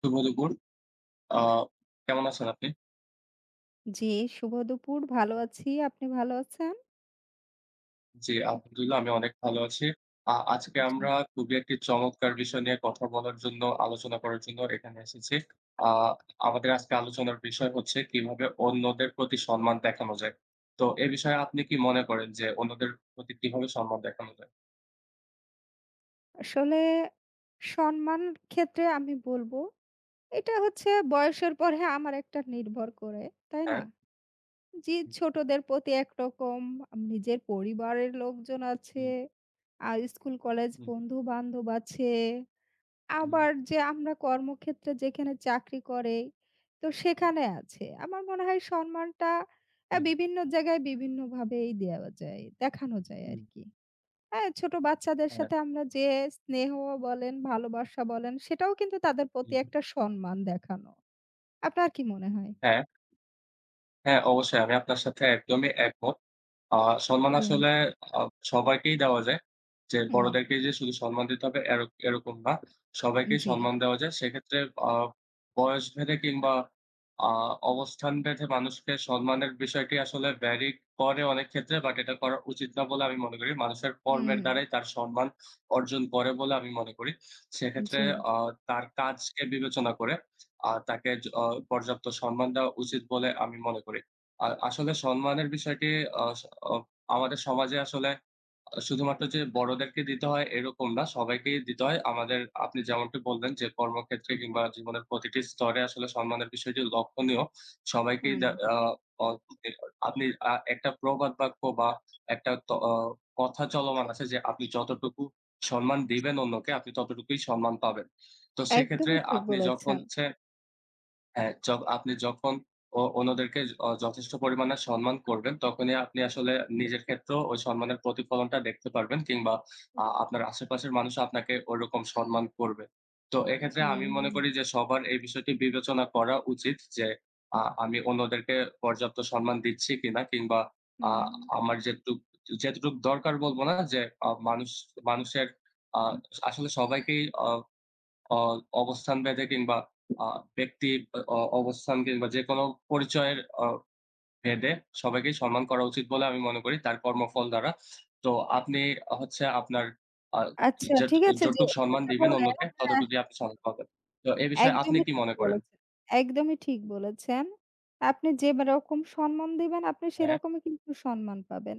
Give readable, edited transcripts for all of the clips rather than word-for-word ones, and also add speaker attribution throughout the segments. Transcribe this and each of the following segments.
Speaker 1: শুভ দুপুর। আ কেমন আছেন আপনি?
Speaker 2: জি, শুভ দুপুর। ভালো আছি। আপনি ভালো আছেন?
Speaker 1: জি, আলহামদুলিল্লাহ আমি অনেক ভালো আছি। আজকে
Speaker 2: জি।
Speaker 1: আমরা খুবই একটি চমৎকার বিষয় নিয়ে কথা বলার জন্য, আলোচনা করার জন্য এখানে এসেছি। আ আমাদের আজকে আলোচনার বিষয় হচ্ছে কিভাবে অন্যদের প্রতি সম্মান দেখানো যায়। তো এ বিষয়ে আপনি কি মনে করেন যে অন্যদের প্রতি কিভাবে সম্মান দেখানো যায়?
Speaker 2: আসলে সম্মান ক্ষেত্রে আমি বলব, এটা হচ্ছে বয়সের পরে আমার একটা নির্ভর করে, তাই
Speaker 1: হ্যাঁ।
Speaker 2: না? জি,
Speaker 1: হুম,
Speaker 2: ছোটদের প্রতি একরকম, নিজের পরিবারের লোকজন আছে,
Speaker 1: হুম,
Speaker 2: আর স্কুল, কলেজ
Speaker 1: হুম,
Speaker 2: বন্ধু-বান্ধব আছে।
Speaker 1: হুম,
Speaker 2: আবার যে আমরা কর্মক্ষেত্রে যেখানে চাকরি করে, তো
Speaker 1: হুম,
Speaker 2: সেখানে আছে। আমার মনে হয় সম্মানটা
Speaker 1: হুম,
Speaker 2: বিভিন্ন জায়গায় বিভিন্নভাবেই দেওয়া যায়, দেখানো যায়
Speaker 1: হুম,
Speaker 2: আরকি। হ্যাঁ, ছোট বাচ্চাদের
Speaker 1: হ্যাঁ,
Speaker 2: সাথে আমরা যে স্নেহ বলেন, ভালোবাসা বলেন সেটাও কিন্তু তাদের প্রতি
Speaker 1: হুম,
Speaker 2: একটা সম্মান দেখানো। আপনার কি মনে হয়?
Speaker 1: হ্যাঁ, হ্যাঁ, অবশ্যই আমি আপনার সাথে একদমই একমত। আ সম্মান
Speaker 2: জি।
Speaker 1: আসলে আ সবাইকেই দেওয়া যায়। যে
Speaker 2: হুম,
Speaker 1: বড়দেরকে যে শুধু সম্মান দিতে হবে এরকম না। সবাইকেই
Speaker 2: জি,
Speaker 1: সম্মান দেওয়া যায়। সেক্ষেত্রে আ বয়স ভেদে কিংবা আ অবস্থান ভেদে মানুষকে সম্মানের বিষয়টি আসলে ভ্যারি করে অনেক ক্ষেত্রে। বাট এটা করা উচিত না বলে আমি মনে করি। মানুষের কর্মের
Speaker 2: হুম,
Speaker 1: দ্বারাই তার সম্মান অর্জন করে বলে আমি মনে করি। সেক্ষেত্রে
Speaker 2: জি,
Speaker 1: আ তার কাজকে বিবেচনা করে তাকে য অ পর্যাপ্ত সম্মান দেওয়া উচিত বলে আমি মনে করি। আসলে সম্মানের বিষয়টি আ স অ আমাদের সমাজে আসলে শুধুমাত্র যে বড়দেরকে দিতে হয় এরকম না, সবাইকেই দিতে হয়। আপনি যেমনটি বললেন যে কর্মক্ষেত্রে কিংবা জীবনের প্রতিটি স্তরে আসলে সম্মানের বিষয়টি লক্ষণীয়। সবাইকেই
Speaker 2: হুম।
Speaker 1: দে আ অ এ আপনি একটা প্রবাদ বাক্য বা একটা ত অ কথা চলমান আছে যে আপনি যতটুকু সম্মান দিবেন অন্যকে আপনি ততটুকুই সম্মান পাবেন। তো সেক্ষেত্রে
Speaker 2: একদমই ঠিক
Speaker 1: আপনি যখন
Speaker 2: বলেছেন।
Speaker 1: হচ্ছে হ্যাঁ, আপনি যখন অন্যদেরকে য- অ যথেষ্ট পরিমাণে সম্মান করবেন, তখনই আপনি আসলে নিজের ক্ষেত্রেও ওই সম্মানের প্রতিফলনটা দেখতে পারবেন কিংবা আপনার আশেপাশের মানুষ আপনাকে ওরকম সম্মান করবে। তো এক্ষেত্রে
Speaker 2: হুম,
Speaker 1: আমি মনে
Speaker 2: হুম,
Speaker 1: করি যে সবার এই বিষয়টি বিবেচনা করা উচিত যে আমি অন্যদেরকে পর্যাপ্ত সম্মান দিচ্ছি কিনা কিংবা আ
Speaker 2: হুম।
Speaker 1: আমার যেটুক যেটুক দরকার বলব না যে আ মানুষ মানুষের আ আসলে সবাইকেই অ অ অবস্থান ভেদে কিংবা আ ব্যক্তি অবস্থান কিংবা যেকোনো পরিচয়ের অ ভেদে সবাইকেই সম্মান করা উচিত বলে আমি মনে করি তার কর্মফল দ্বারা। তো আপনি হচ্ছে আপনার আ
Speaker 2: আচ্ছা
Speaker 1: যেট
Speaker 2: ঠিক আছে যে
Speaker 1: যতটুক সম্মান
Speaker 2: এক্ষেত্রে
Speaker 1: দিবেন
Speaker 2: বলেন
Speaker 1: অন্যকে
Speaker 2: হ্যাঁ।
Speaker 1: ততটুকুই আপনি সম্মান পাবেন। তো এ বিষয়ে আপনি
Speaker 2: একদমই
Speaker 1: কি
Speaker 2: ঠিক
Speaker 1: মনে করেন?
Speaker 2: বলেছেন, একদমই ঠিক বলেছেন। আপনি যে রকম সম্মান দিবেন, আপনি
Speaker 1: হ্যাঁ,
Speaker 2: সেরকমই কিন্তু সম্মান পাবেন।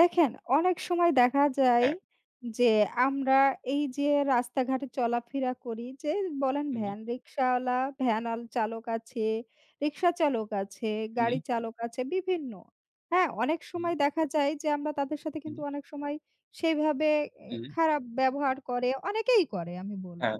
Speaker 2: দেখেন, অনেক সময় দেখা যায়
Speaker 1: হ্যাঁ।
Speaker 2: যে আমরা এই যে রাস্তাঘাটে চলাফেরা করি, যে বলেন
Speaker 1: হুম,
Speaker 2: ভ্যান রিক্শাওয়ালা, ভ্যান আল চালক আছে, রিক্সা চালক আছে,
Speaker 1: হুম,
Speaker 2: গাড়ি চালক আছে, বিভিন্ন। হ্যাঁ, অনেক
Speaker 1: হুম,
Speaker 2: সময় দেখা যায় যে আমরা তাদের সাথে
Speaker 1: হুম,
Speaker 2: কিন্তু অনেক সময় সেইভাবে
Speaker 1: হুম।
Speaker 2: খারাপ ব্যবহার করে, অনেকেই করে আমি বলব।
Speaker 1: হ্যাঁ,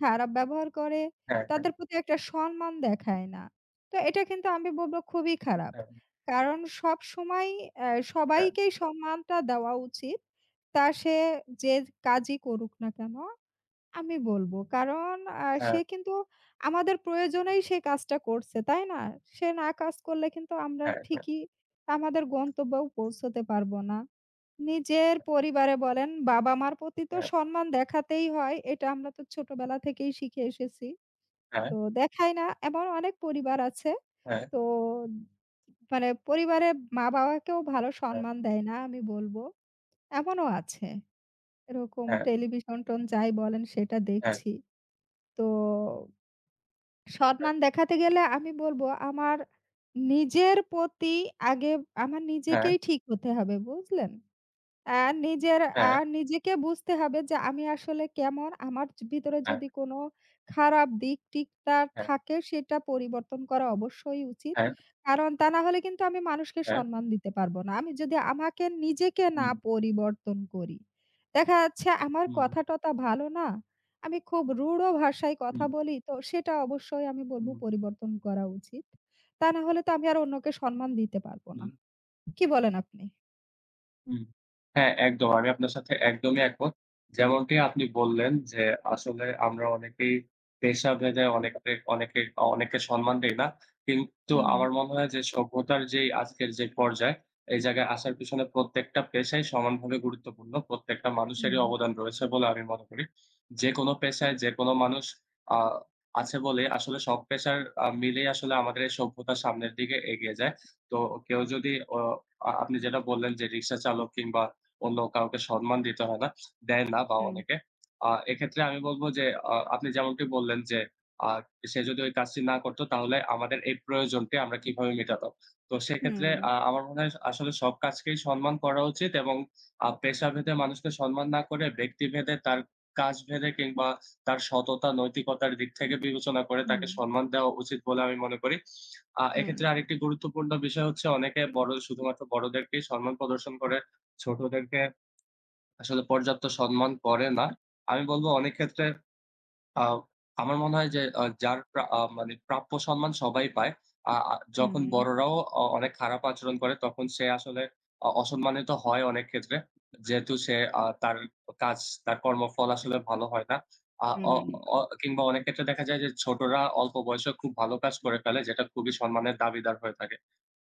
Speaker 2: খারাপ ব্যবহার করে
Speaker 1: হ্যাঁ, হ্যাঁ,
Speaker 2: তাদের প্রতি একটা সম্মান দেখায় না। তো এটা কিন্তু আমি বলব খুবই খারাপ।
Speaker 1: হ্যাঁ,
Speaker 2: কারণ সবসময় অ্যা সবাইকেই সম্মানটা দেওয়া উচিত। তা সে যে কাজই করুক না কেন আমি বলব। কারণ
Speaker 1: হ্যাঁ,
Speaker 2: সে কিন্তু আমাদের প্রয়োজনেই সে কাজটা করছে, তাই না? সে না কাজ করলে কিন্তু আমরা
Speaker 1: হ্যাঁ,
Speaker 2: ঠিকই আমাদের গন্তব্যেও পৌঁছতে পারব না। নিজের পরিবারে বলেন, বাবা-মার প্রতি তো
Speaker 1: হ্যাঁ,
Speaker 2: সম্মান দেখাতেই হয়। এটা আমরা তো ছোটবেলা থেকেই শিখে এসেছি।
Speaker 1: হ্যাঁ,
Speaker 2: তো দেখায় না এমন অনেক পরিবার আছে।
Speaker 1: হ্যাঁ, হ্যাঁ,
Speaker 2: তো মানে পরিবারের মা-বাবাকেও ভালো সম্মান দেয় না আমি বলব। এমনও আছে। এরকম
Speaker 1: হ্যাঁ,
Speaker 2: টেলিভিশন-টোন যাই বলেন সেটা
Speaker 1: হ্যাঁ,
Speaker 2: দেখছি। তো সম্মান দেখাতে গেলে আমি বলব আমার নিজের প্রতি আগে আমার
Speaker 1: হ্যাঁ,
Speaker 2: নিজেকেই
Speaker 1: হ্যাঁ,
Speaker 2: ঠিক হতে হবে, বুঝলেন? অ্যা নিজের অ্যা
Speaker 1: হ্যাঁ, হ্যাঁ,
Speaker 2: নিজেকে বুঝতে হবে যে আমি আসলে কেমন? আমার ভিতরে
Speaker 1: হ্যাঁ,
Speaker 2: যদি কোনো খারাপ দিক টিকটার
Speaker 1: হ্যাঁ,
Speaker 2: থাকে সেটা পরিবর্তন করা অবশ্যই উচিত।
Speaker 1: হ্যাঁ, হ্যাঁ,
Speaker 2: কারণ তা না হলে কিন্তু আমি মানুষকে
Speaker 1: হ্যাঁ,
Speaker 2: সম্মান দিতে পারব না। আমি যদি আমাকে নিজেকে না
Speaker 1: হুম,
Speaker 2: পরিবর্তন করি। দেখা যাচ্ছে আমার
Speaker 1: হুম।
Speaker 2: কথা-টথা ভালো না। আমি খুব রূঢ় ভাষায় কথা
Speaker 1: হুম,
Speaker 2: বলি। তো সেটা অবশ্যই আমি বলব
Speaker 1: হুম,
Speaker 2: পরিবর্তন করা উচিত। তা না হলে তো আমি আর অন্যকে সম্মান দিতে পারব না।
Speaker 1: হুম,
Speaker 2: কি বলেন আপনি?
Speaker 1: হুম। হ্যাঁ, একদম। আমি আপনার সাথে একদমই একমত। যেমনটি আপনি বললেন যে, আসলে আমরা অনেকেই পেশাভেদে অনেকে অনেকে অনেককে সম্মান দেই না। কিন্তু
Speaker 2: হুম,
Speaker 1: আমার মনে হয় যে, সভ্যতার যেই আজকের যে পর্যায়, এই জায়গায় আসার পিছনে প্রত্যেকটা পেশাই সমানভাবে গুরুত্বপূর্ণ। প্রত্যেকটা মানুষেরই
Speaker 2: হুম,
Speaker 1: অবদান রয়েছে বলে আমি মনে করি। যেকোনো পেশায় যেকোনো মানুষ আ আছে বলে আসলে সব পেশার মিলেই আসলে আমাদের এই সভ্যতা সামনের দিকে এগিয়ে যায়। তো কেউ যদি অ আ আপনি যেটা বললেন যে রিক্সা চালক কিংবা অন্য কাউকে সম্মান দিতে হয় না। দেয় না বা
Speaker 2: হুম।
Speaker 1: অনেকে। এক্ষেত্রে আমি বলব যে আপনি যেমনটি বললেন যে আ সে যদি ওই কাজটি না করত তাহলে আমাদের এই প্রয়োজনটি আমরা কিভাবে মেটাতাম? তো সেক্ষেত্রে
Speaker 2: হুম,
Speaker 1: আমার মনে হয় আসলে সব কাজকেই সম্মান করা উচিত এবং পেশাভেদে মানুষকে সম্মান না করে ব্যক্তিভেদে তার কাজভেদে কিংবা তার সততা, নৈতিকতার দিক থেকে বিবেচনা করে
Speaker 2: হুম,
Speaker 1: তাকে সম্মান দেওয়া উচিত বলে আমি মনে করি।
Speaker 2: হুম,
Speaker 1: এক্ষেত্রে আরেকটি গুরুত্বপূর্ণ বিষয় হচ্ছে অনেকে শুধুমাত্র বড়দেরকেই সম্মান প্রদর্শন করে, ছোটদেরকে আসলে পর্যাপ্ত সম্মান করে না। আমি বলব অনেক ক্ষেত্রে আ আমার মনে হয় যে যার প্রা আ মানে প্রাপ্য সম্মান সবাই পায়। আ আ
Speaker 2: হুম,
Speaker 1: যখন বড়রাও অনেক খারাপ আচরণ করে তখন সে আসলে অসম্মানিত হয় অনেক ক্ষেত্রে। যেহেতু সে তার কাজ, তার কর্মফল আসলে ভালো হয় না। আ
Speaker 2: হুম,
Speaker 1: অ
Speaker 2: হুম,
Speaker 1: অ কিংবা অনেক ক্ষেত্রে দেখা যায় যে ছোটরা অল্প বয়সেও খুব ভালো কাজ করে ফেলে যেটা খুবই সম্মানের দাবিদার হয়ে থাকে।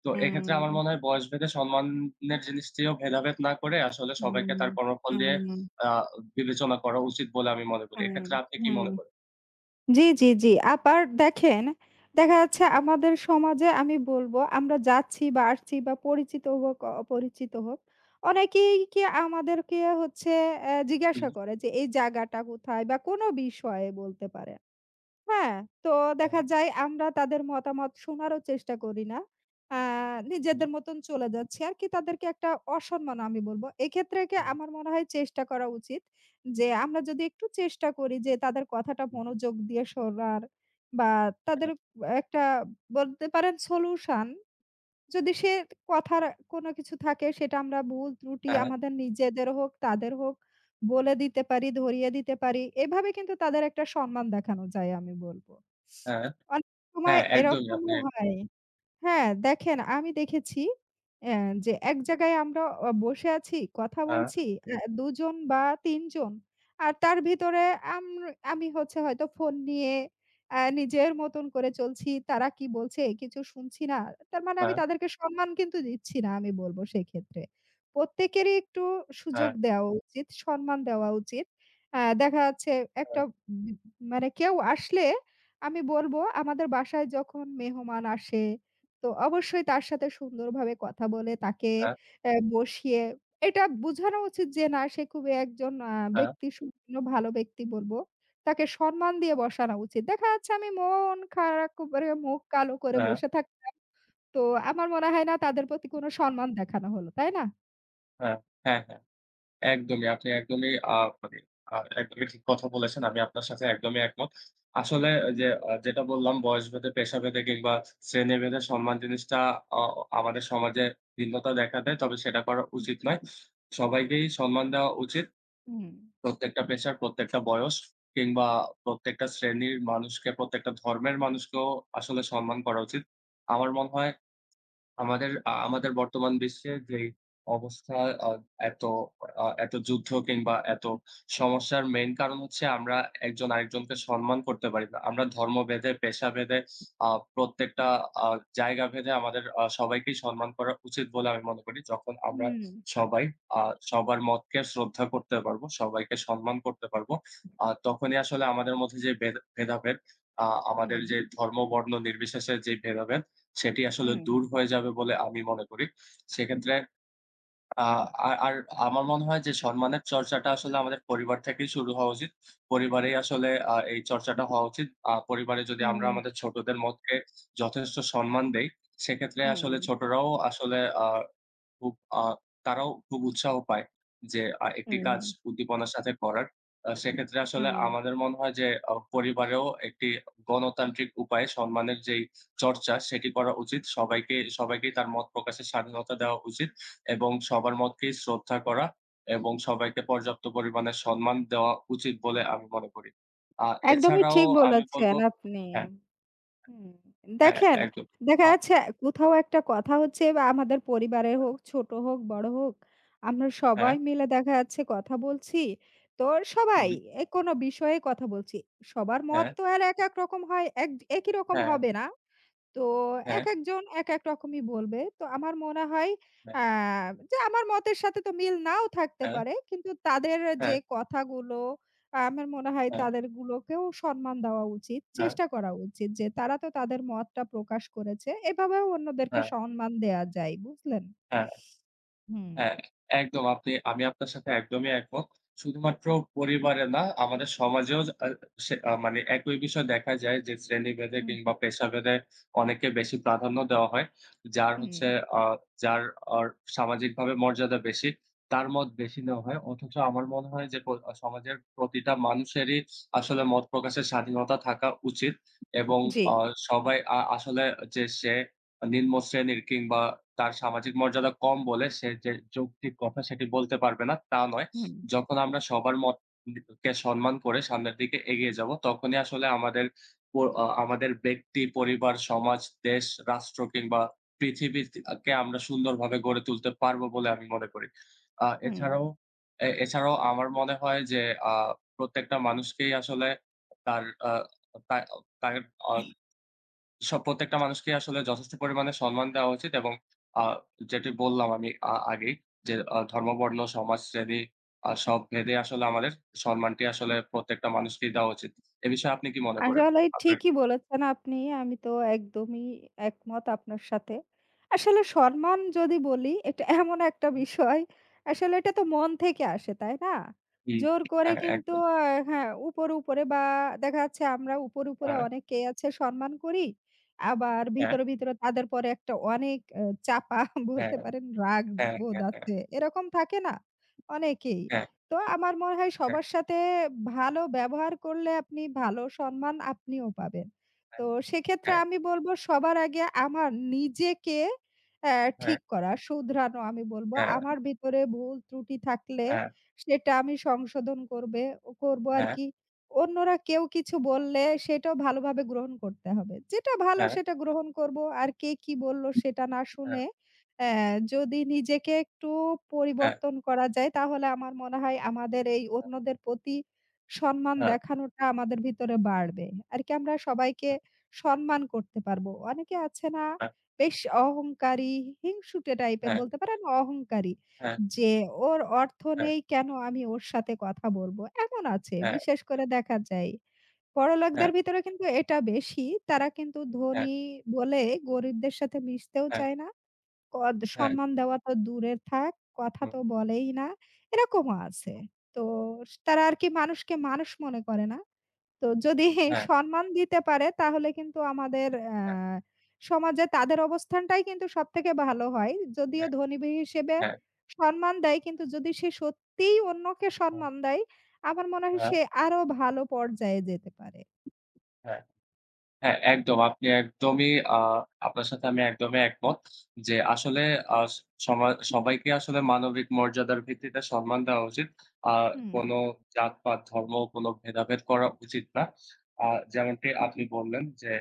Speaker 1: তো এক্ষেত্রে আমার মনে হয় বয়সভেদে সম্মানের জিনিসটিও ভেদাভেদ না করে আসলে সবাইকে
Speaker 2: হুম,
Speaker 1: তার কর্মফল দিয়ে
Speaker 2: হুম,
Speaker 1: আ বিবেচনা করা উচিত বলে আমি মনে করি।
Speaker 2: হুম,
Speaker 1: এক্ষেত্রে আপনি কি
Speaker 2: হুম।
Speaker 1: মনে করেন?
Speaker 2: জি, জি, জি। আবার দেখেন, দেখা যাচ্ছে
Speaker 1: হু,
Speaker 2: আমাদের সমাজে আমি বলব আমরা যাচ্ছি বা আসছি বা পরিচিত হোক, অপরিচিত হোক, অনেকেই কি আমাদেরকে হচ্ছে অ্যা
Speaker 1: হুম,
Speaker 2: জিজ্ঞাসা করে যে এই জায়গাটা কোথায় বা কোনো বিষয়ে বলতে পারে। হ্যাঁ, তো
Speaker 1: হ্যাঁ,
Speaker 2: দেখা যায় আমরা তাদের মতামত শোনারও চেষ্টা করি না। আ
Speaker 1: হুম,
Speaker 2: নিজেদের মতন চলে যাচ্ছি আরকি তাদেরকে একটা অসম্মান আমি বলব। এক্ষেত্রে কি
Speaker 1: হুম,
Speaker 2: আমার মনে হয় চেষ্টা করা উচিত যে আমরা যদি একটু চেষ্টা করি যে তাদের কথাটা
Speaker 1: হুম,
Speaker 2: মনোযোগ দিয়ে শোনার বা তাদের
Speaker 1: হ্যাঁ,
Speaker 2: একটা বলতে পারেন সলিউশন যদি সে কথার কোনো কিছু থাকে সেটা আমরা ভুল ত্রুটি
Speaker 1: হ্যাঁ,
Speaker 2: আমাদের নিজেদের হোক, তাদের হোক বলে দিতে পারি, ধরিয়ে দিতে পারি। এভাবে কিন্তু তাদের একটা সম্মান দেখানো যায় আমি বলব।
Speaker 1: হ্যাঁ,
Speaker 2: অনেক সময়
Speaker 1: হ্যাঁ, একদমই
Speaker 2: এরকমও হয়। হ্যাঁ, দেখেন আমি দেখেছি অ্যা যে এক জায়গায় আমরা বসে আছি, কথা
Speaker 1: হ্যাঁ,
Speaker 2: বলছি, ২ জন বা ৩ জন। আর তার ভিতরে আম আমি হচ্ছে হয়তো ফোন নিয়ে নিজের মতন করে চলছি। তারা কি বলছে কিছু শুনছি না। তার মানে আমি
Speaker 1: হ্যাঁ,
Speaker 2: তাদেরকে সম্মান কিন্তু দিচ্ছি না আমি বলব সেক্ষেত্রে। প্রত্যেকেরই একটু
Speaker 1: হ্যাঁ,
Speaker 2: সুযোগ দেওয়া উচিত, সম্মান দেওয়া উচিত। দেখা যাচ্ছে
Speaker 1: হ্যাঁ,
Speaker 2: একটা বি মানে কেউ আসলে আমি বলব আমাদের বাসায় যখন মেহমান আসে তো অবশ্যই তার সাথে সুন্দরভাবে কথা বলে তাকে
Speaker 1: হ্যাঁ,
Speaker 2: বসিয়ে এটা বোঝানো উচিত যে না সে খুবই একজন
Speaker 1: হ্যাঁ, হ্যাঁ,
Speaker 2: ব্যক্তি সুগুণ ভালো ব্যক্তি বলব। তাকে সম্মান দিয়ে বসানো উচিত। দেখা যাচ্ছে আমি মন খারাপ করে মুখ কালো করে
Speaker 1: হ্যাঁ, হ্যাঁ।
Speaker 2: বসে থাক তো আমার মনে হয় না তাদের প্রতি কোনো সম্মান দেখানো হলো, তাই না?
Speaker 1: হ্যাঁ, হ্যাঁ, একদমই। আপনি একদমই মানে একদমই ঠিক কথা বলেছেন। আমি আপনার সাথে একদমই একমত। আসলে যে আ যেটা বললাম বয়সভেদে, পেশাভেদে কিংবা শ্রেণীভেদে সম্মান জিনিসটা অ আমাদের সমাজে ভিন্নতা দেখা দেয়। তবে সেটা করা
Speaker 2: হুম,
Speaker 1: উচিত নয়। সবাইকেই সম্মান দেওয়া উচিত।
Speaker 2: হুম,
Speaker 1: প্রত্যেকটা পেশার, প্রত্যেকটা বয়স কিংবা প্রত্যেকটা শ্রেণীর মানুষকে, প্রত্যেকটা ধর্মের মানুষকেও আসলে সম্মান করা উচিত। আমার মনে হয় আমাদের বর্তমান বিশ্বের যেই অবস্থা আ এত এত যুদ্ধ কিংবা এত সমস্যার মেইন কারণ হচ্ছে আমরা একজন আরেকজনকে সম্মান করতে পারি না। আমরা ধর্মভেদে, পেশাভেদে আ প্রত্যেকটা আ জায়গা ভেদে আমাদের সবাইকেই সম্মান করা উচিত বলে আমি মনে করি। যখন আমরা
Speaker 2: হুম,
Speaker 1: সবাই আ সবার মতকে শ্রদ্ধা করতে পারবো, সবাইকে সম্মান করতে পারবো। তখনই আসলে আমাদের মধ্যে যে ভেদাভেদ আ আমাদের
Speaker 2: হুম,
Speaker 1: যে ধর্ম, বর্ণ নির্বিশেষে যে ভেদাভেদ সেটি আসলে দূর হয়ে যাবে বলে আমি মনে করি। সেক্ষেত্রে আ আর আর আমার মনে হয় যে সম্মানের চর্চাটা আসলে আমাদের পরিবার থেকেই শুরু হওয়া উচিত। পরিবারেই আসলে এই চর্চাটা হওয়া উচিত। পরিবারে যদি আমরা
Speaker 2: হুম,
Speaker 1: আমাদের ছোটদের মতকে যথেষ্ট সম্মান দেই, সেক্ষেত্রে
Speaker 2: হুম,
Speaker 1: আসলে
Speaker 2: হুম,
Speaker 1: ছোটরাও আসলে আ খুব আ তারাও খুব উৎসাহ পায় যে একটি
Speaker 2: হুম,
Speaker 1: কাজ উদ্দীপনার সাথে করার। সেক্ষেত্রে আসলে
Speaker 2: হুম।
Speaker 1: আমাদের মনে হয় যে পরিবারেও একটি গণতান্ত্রিক উপায়ে সম্মানের যেই চর্চা সেটি করা উচিত। সবাইকেই তার মত প্রকাশের স্বাধীনতা দেওয়া উচিত এবং সবার মতকেই শ্রদ্ধা করা এবং সবাইকে পর্যাপ্ত পরিমাণে সম্মান দেওয়া উচিত বলে আমি মনে করি।
Speaker 2: একদমই
Speaker 1: এছাড়াও
Speaker 2: ঠিক
Speaker 1: আমি বলব।
Speaker 2: বলেছেন আপনি।
Speaker 1: হ্যাঁ,
Speaker 2: হুম,
Speaker 1: হ্যাঁ,
Speaker 2: দেখেন,
Speaker 1: একদম।
Speaker 2: দেখা
Speaker 1: আ
Speaker 2: যাচ্ছে কোথাও একটা কথা হচ্ছে বা আমাদের পরিবারের
Speaker 1: হ্যাঁ,
Speaker 2: হোক, ছোট হোক, বড় হোক, আমরা
Speaker 1: হ্যাঁ,
Speaker 2: সবাই মিলে দেখা যাচ্ছে কথা বলছি। তো সবাই
Speaker 1: হুম,
Speaker 2: এ কোনো বিষয়ে কথা বলছি। সবার মত
Speaker 1: হ্যাঁ,
Speaker 2: তো আর এক, এক রকম হয়, এক একই রকম
Speaker 1: হ্যাঁ,
Speaker 2: হবে না। তো
Speaker 1: হ্যাঁ,
Speaker 2: একেকজন একেক রকমই বলবে। তো আমার মনে হয়
Speaker 1: হ্যাঁ,
Speaker 2: আ যে আমার মতের সাথে তো মিল নাও থাকতে
Speaker 1: হ্যাঁ,
Speaker 2: পারে। কিন্তু তাদের
Speaker 1: হ্যাঁ,
Speaker 2: যে কথাগুলো আমার মনে হয়
Speaker 1: হ্যাঁ।
Speaker 2: তাদের গুলোকেও সম্মান দেওয়া উচিত।
Speaker 1: হ্যাঁ,
Speaker 2: চেষ্টা করা উচিত যে তারা তো তাদের মতটা প্রকাশ করেছে। এভাবেও অন্যদেরকে
Speaker 1: হ্যাঁ,
Speaker 2: সম্মান দেয়া যায়। বুঝলেন?
Speaker 1: হ্যাঁ,
Speaker 2: হুম,
Speaker 1: হ্যাঁ। একদম। আমি আপনার সাথে একদমই একমত। শুধুমাত্র পরিবারে না, আমাদের সমাজেও আ সে আ মানে একই বিষয় দেখা যায় যে শ্রেণীভেদে
Speaker 2: হুম,
Speaker 1: কিংবা পেশাভেদে অনেকে বেশি প্রাধান্য দেওয়া হয়। যার
Speaker 2: হুম।
Speaker 1: হচ্ছে আ যার অর সামাজিকভাবে মর্যাদা বেশি, তার মত বেশি নেওয়া হয়। অথচ আমার মনে হয় যে সমাজের প্রতিটা মানুষেরই আসলে মত প্রকাশের স্বাধীনতা থাকা উচিত এবং
Speaker 2: জি।
Speaker 1: আ সবাই আসলে যে সে নিম্ন শ্রেণীর কিংবা তার সামাজিক মর্যাদা কম বলে সে যে যৌক্তিক কথা সেটি বলতে পারবে না, তা নয়।
Speaker 2: হুম,
Speaker 1: যখন আমরা সবার মত কে সম্মান করে সামনের দিকে এগিয়ে যাব, তখনই আসলে আমাদের প আ আমাদের ব্যক্তি, পরিবার, সমাজ, দেশ, রাষ্ট্র কিংবা পৃথিবী কে আমরা সুন্দরভাবে গড়ে তুলতে পারবো বলে আমি মনে করি। আ
Speaker 2: হুম।
Speaker 1: এছাড়াও এ এছাড়াও আমার মনে হয় যে আ প্রত্যেকটা মানুষকেই আসলে তার আ তা তার আ সব প্রত্যেকটা মানুষকে আসলে যথেষ্ট পরিমাণে সম্মান দেওয়া উচিত এবং আ যেটি বললাম আমি আগেই যে ধর্ম, বর্ণ, সমাজ, শ্রেণী সব ভেদে আসলে আমাদের সম্মানটি আসলে প্রত্যেকটা মানুষকেই দেওয়া উচিত। এ বিষয়ে আপনি কি মনে করেন?
Speaker 2: আসলে
Speaker 1: আপনার
Speaker 2: ঠিকই বলেছেন আপনি। আমি তো একদমই একমত আপনার সাথে। আসলে সম্মান যদি বলি এটা এমন একটা বিষয়, আসলে এটা তো মন থেকে আসে, তাই না?
Speaker 1: জি,
Speaker 2: জোর করে
Speaker 1: হ্যাঁ,
Speaker 2: কিন্তু
Speaker 1: একদম।
Speaker 2: হ্যাঁ, উপরে, উপরে বা দেখা যাচ্ছে আমরা উপরে, উপরে
Speaker 1: হ্যাঁ,
Speaker 2: অনেকেই আছে সম্মান করি। আবার
Speaker 1: হ্যাঁ,
Speaker 2: ভিতরে, ভিতরে তাদের পরে একটা অনেক চাপা
Speaker 1: হ্যাঁ,
Speaker 2: বলতে পারেন রাগ
Speaker 1: হ্যাঁ,
Speaker 2: বোধ
Speaker 1: হ্যাঁ,
Speaker 2: আছে। এরকম থাকে না? অনেকেই।
Speaker 1: হ্যাঁ,
Speaker 2: তো আমার মনে হয়
Speaker 1: হ্যাঁ,
Speaker 2: সবার
Speaker 1: হ্যাঁ,
Speaker 2: সাথে ভালো ব্যবহার করলে আপনি ভালো সম্মান আপনিও পাবেন। তো সেক্ষেত্রে আমি বলব সবার আগে আমার নিজেকে অ্যা
Speaker 1: হ্যাঁ,
Speaker 2: ঠিক
Speaker 1: হ্যাঁ,
Speaker 2: করা, শুধরানো আমি বলব।
Speaker 1: হ্যাঁ, হ্যাঁ, হ্যাঁ, হ্যাঁ,
Speaker 2: আমার ভিতরে ভুল ত্রুটি থাকলে
Speaker 1: হ্যাঁ,
Speaker 2: সেটা আমি সংশোধন করব আর কি। অন্যরা কেউ কিছু বললে সেটাও ভালোভাবে গ্রহণ করতে হবে। যেটা ভালো
Speaker 1: হ্যাঁ, হ্যাঁ,
Speaker 2: সেটা গ্রহণ করব। আর কে কি বলল সেটা না শুনে অ্যা যদি নিজেকে একটু
Speaker 1: হ্যাঁ, হ্যাঁ, হ্যাঁ, হ্যাঁ, হ্যাঁ,
Speaker 2: পরিবর্তন করা যায় তাহলে আমার মনে হয় আমাদের এই অন্যদের প্রতি সম্মান
Speaker 1: হ্যাঁ,
Speaker 2: দেখানোটা আমাদের ভিতরে বাড়বে। আর কি আমরা সবাইকে সম্মান করতে পারবো। অনেকে আছে না
Speaker 1: হ্যাঁ,
Speaker 2: বেশ অহংকারী, হিংসুটে টাইপের বলতে পারেন অহংকারী। যে ওর অর্থ নেই কেন আমি ওর সাথে কথা বলবো? এমন আছে বিশেষ করে দেখা যায়।
Speaker 1: হ্যাঁ,
Speaker 2: বড়লোকদের ভিতরে কিন্তু এটা বেশি। তারা কিন্তু ধনী বলে গরিবদের সাথে মিশতেও
Speaker 1: হ্যাঁ,
Speaker 2: চায় না।
Speaker 1: হ্যাঁ,
Speaker 2: সম্মান দেওয়া তো দূরে থাক, কথা
Speaker 1: হুম,
Speaker 2: তো বলেই না। এরকমও আছে।
Speaker 1: হুম,
Speaker 2: তো তারা আর কি মানুষকে মানুষ মনে করে না। তো যদি
Speaker 1: হ্যাঁ,
Speaker 2: সম্মান দিতে পারে তাহলে কিন্তু আমাদের আ
Speaker 1: হ্যাঁ,
Speaker 2: সমাজে তাদের অবস্থানটাই কিন্তু সবথেকে ভালো হয়। যদিও
Speaker 1: হ্যাঁ,
Speaker 2: ধনী হিসেবে
Speaker 1: হ্যাঁ।
Speaker 2: সম্মান দেয় কিন্তু যদি সে সত্যিই অন্যকে
Speaker 1: হ্যাঁ,
Speaker 2: সম্মান দেয়, আমার মনে হয়
Speaker 1: হ্যাঁ,
Speaker 2: সে আরো ভালো পর্যায়ে যেতে পারে।
Speaker 1: হ্যাঁ, হ্যাঁ, একদম। আপনি একদমই আ আপনার সাথে আমি একদমই একমত। যে আসলে আ সমা সবাইকে আসলে মানবিক মর্যাদার ভিত্তিতে সম্মান দেওয়া উচিত। আ
Speaker 2: হুম।
Speaker 1: কোনো জাতপাত, ধর্ম কোনো ভেদাভেদ করা উচিত না। আ যেমনটি আপনি বললেন যে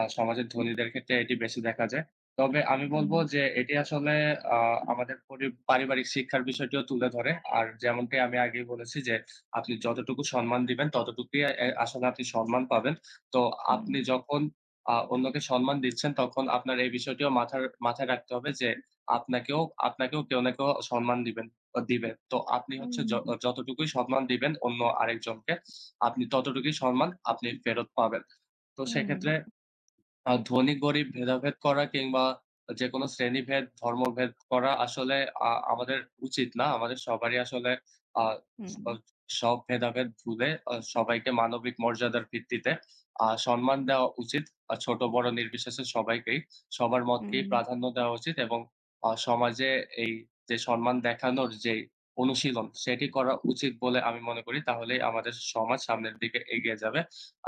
Speaker 1: সমাজের ধনীদের ক্ষেত্রে এটি বেশি দেখা যায়। তবে আমি বলব
Speaker 2: হুম,
Speaker 1: যে এটি আসলে আ আমাদের পারিবারিক শিক্ষার বিষয়টিও তুলে ধরে। আর যেমনটি আমি আগেই বলেছি যে আপনি যতটুকু সম্মান দিবেন ততটুকুই আসলে আপনি সম্মান পাবেন। তো
Speaker 2: হুম,
Speaker 1: আপনি যখন অন্যকে সম্মান দিচ্ছেন, তখন আপনার এই বিষয়টিও মাথায় রাখতে হবে যে, আপনাকেও আপনাকেও কেউ না কেউ সম্মান দিবে। তো আপনি হচ্ছে
Speaker 2: হুম,
Speaker 1: য যতটুকুই সম্মান দিবেন অন্য আরেকজনকে, আপনি ততটুকুই সম্মান ফেরত পাবেন। তো
Speaker 2: হুম,
Speaker 1: সেক্ষেত্রে
Speaker 2: হুম,
Speaker 1: ধনী-গরিব ভেদাভেদ করা কিংবা যেকোনো শ্রেণীভেদ, ধর্মভেদ করা আসলে আমাদের উচিত না। আমাদের সবারই আসলে আ স
Speaker 2: হুম,
Speaker 1: সব ভেদাভেদ ভুলে সবাইকে মানবিক মর্যাদার ভিত্তিতে সম্মান দেওয়া উচিত। ছোট বড় নির্বিশেষে সবাইকেই, সবার মতকেই
Speaker 2: হুম,
Speaker 1: প্রাধান্য দেওয়া উচিত এবং সমাজে এই যে সম্মান দেখানোর যেই অনুশীলন, সেটি করা উচিত বলে আমি মনে করি। তাহলেই আমাদের সমাজ সামনের দিকে এগিয়ে যাবে।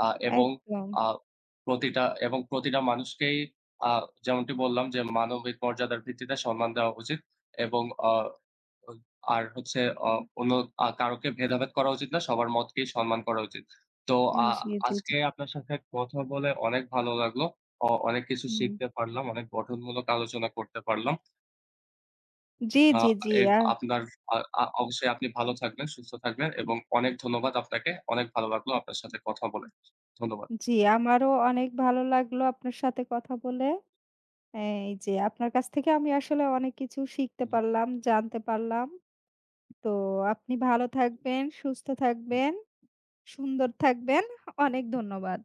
Speaker 1: এবং
Speaker 2: একদম।
Speaker 1: আ প্রতিটা মানুষকেই আ যেমনটি বললাম যে মানবিক মর্যাদার ভিত্তিতে সম্মান দেওয়া উচিত এবং আ ও আর হচ্ছে অ অন্য কারোকে ভেদাভেদ করা উচিত না। সবার মতকেই সম্মান করা উচিত। তো আ
Speaker 2: জি, জি, জি।
Speaker 1: আজকে আপনার সাথে কথা বলে অনেক ভালো লাগলো। অনেক কিছু
Speaker 2: হুম।
Speaker 1: শিখতে পারলাম। অনেক গঠনমূলক আলোচনা করতে পারলাম।
Speaker 2: জি,
Speaker 1: আ
Speaker 2: জি, জি।
Speaker 1: এ আপনার আ আ অবশ্যই আপনি ভালো থাকবেন, সুস্থ থাকবেন এবং অনেক ধন্যবাদ আপনাকে। অনেক ভালো লাগলো আপনার সাথে কথা বলে। ধন্যবাদ।
Speaker 2: জি, আমারও অনেক ভালো লাগলো আপনার সাথে কথা বলে। এই যে আপনার কাছ থেকে আমি আসলে অনেক কিছু শিখতে
Speaker 1: হুম,
Speaker 2: পারলাম, জানতে পারলাম। তো আপনি ভালো থাকবেন, সুস্থ
Speaker 1: হুম।
Speaker 2: থাকবেন, সুন্দর থাকবেন। অনেক ধন্যবাদ।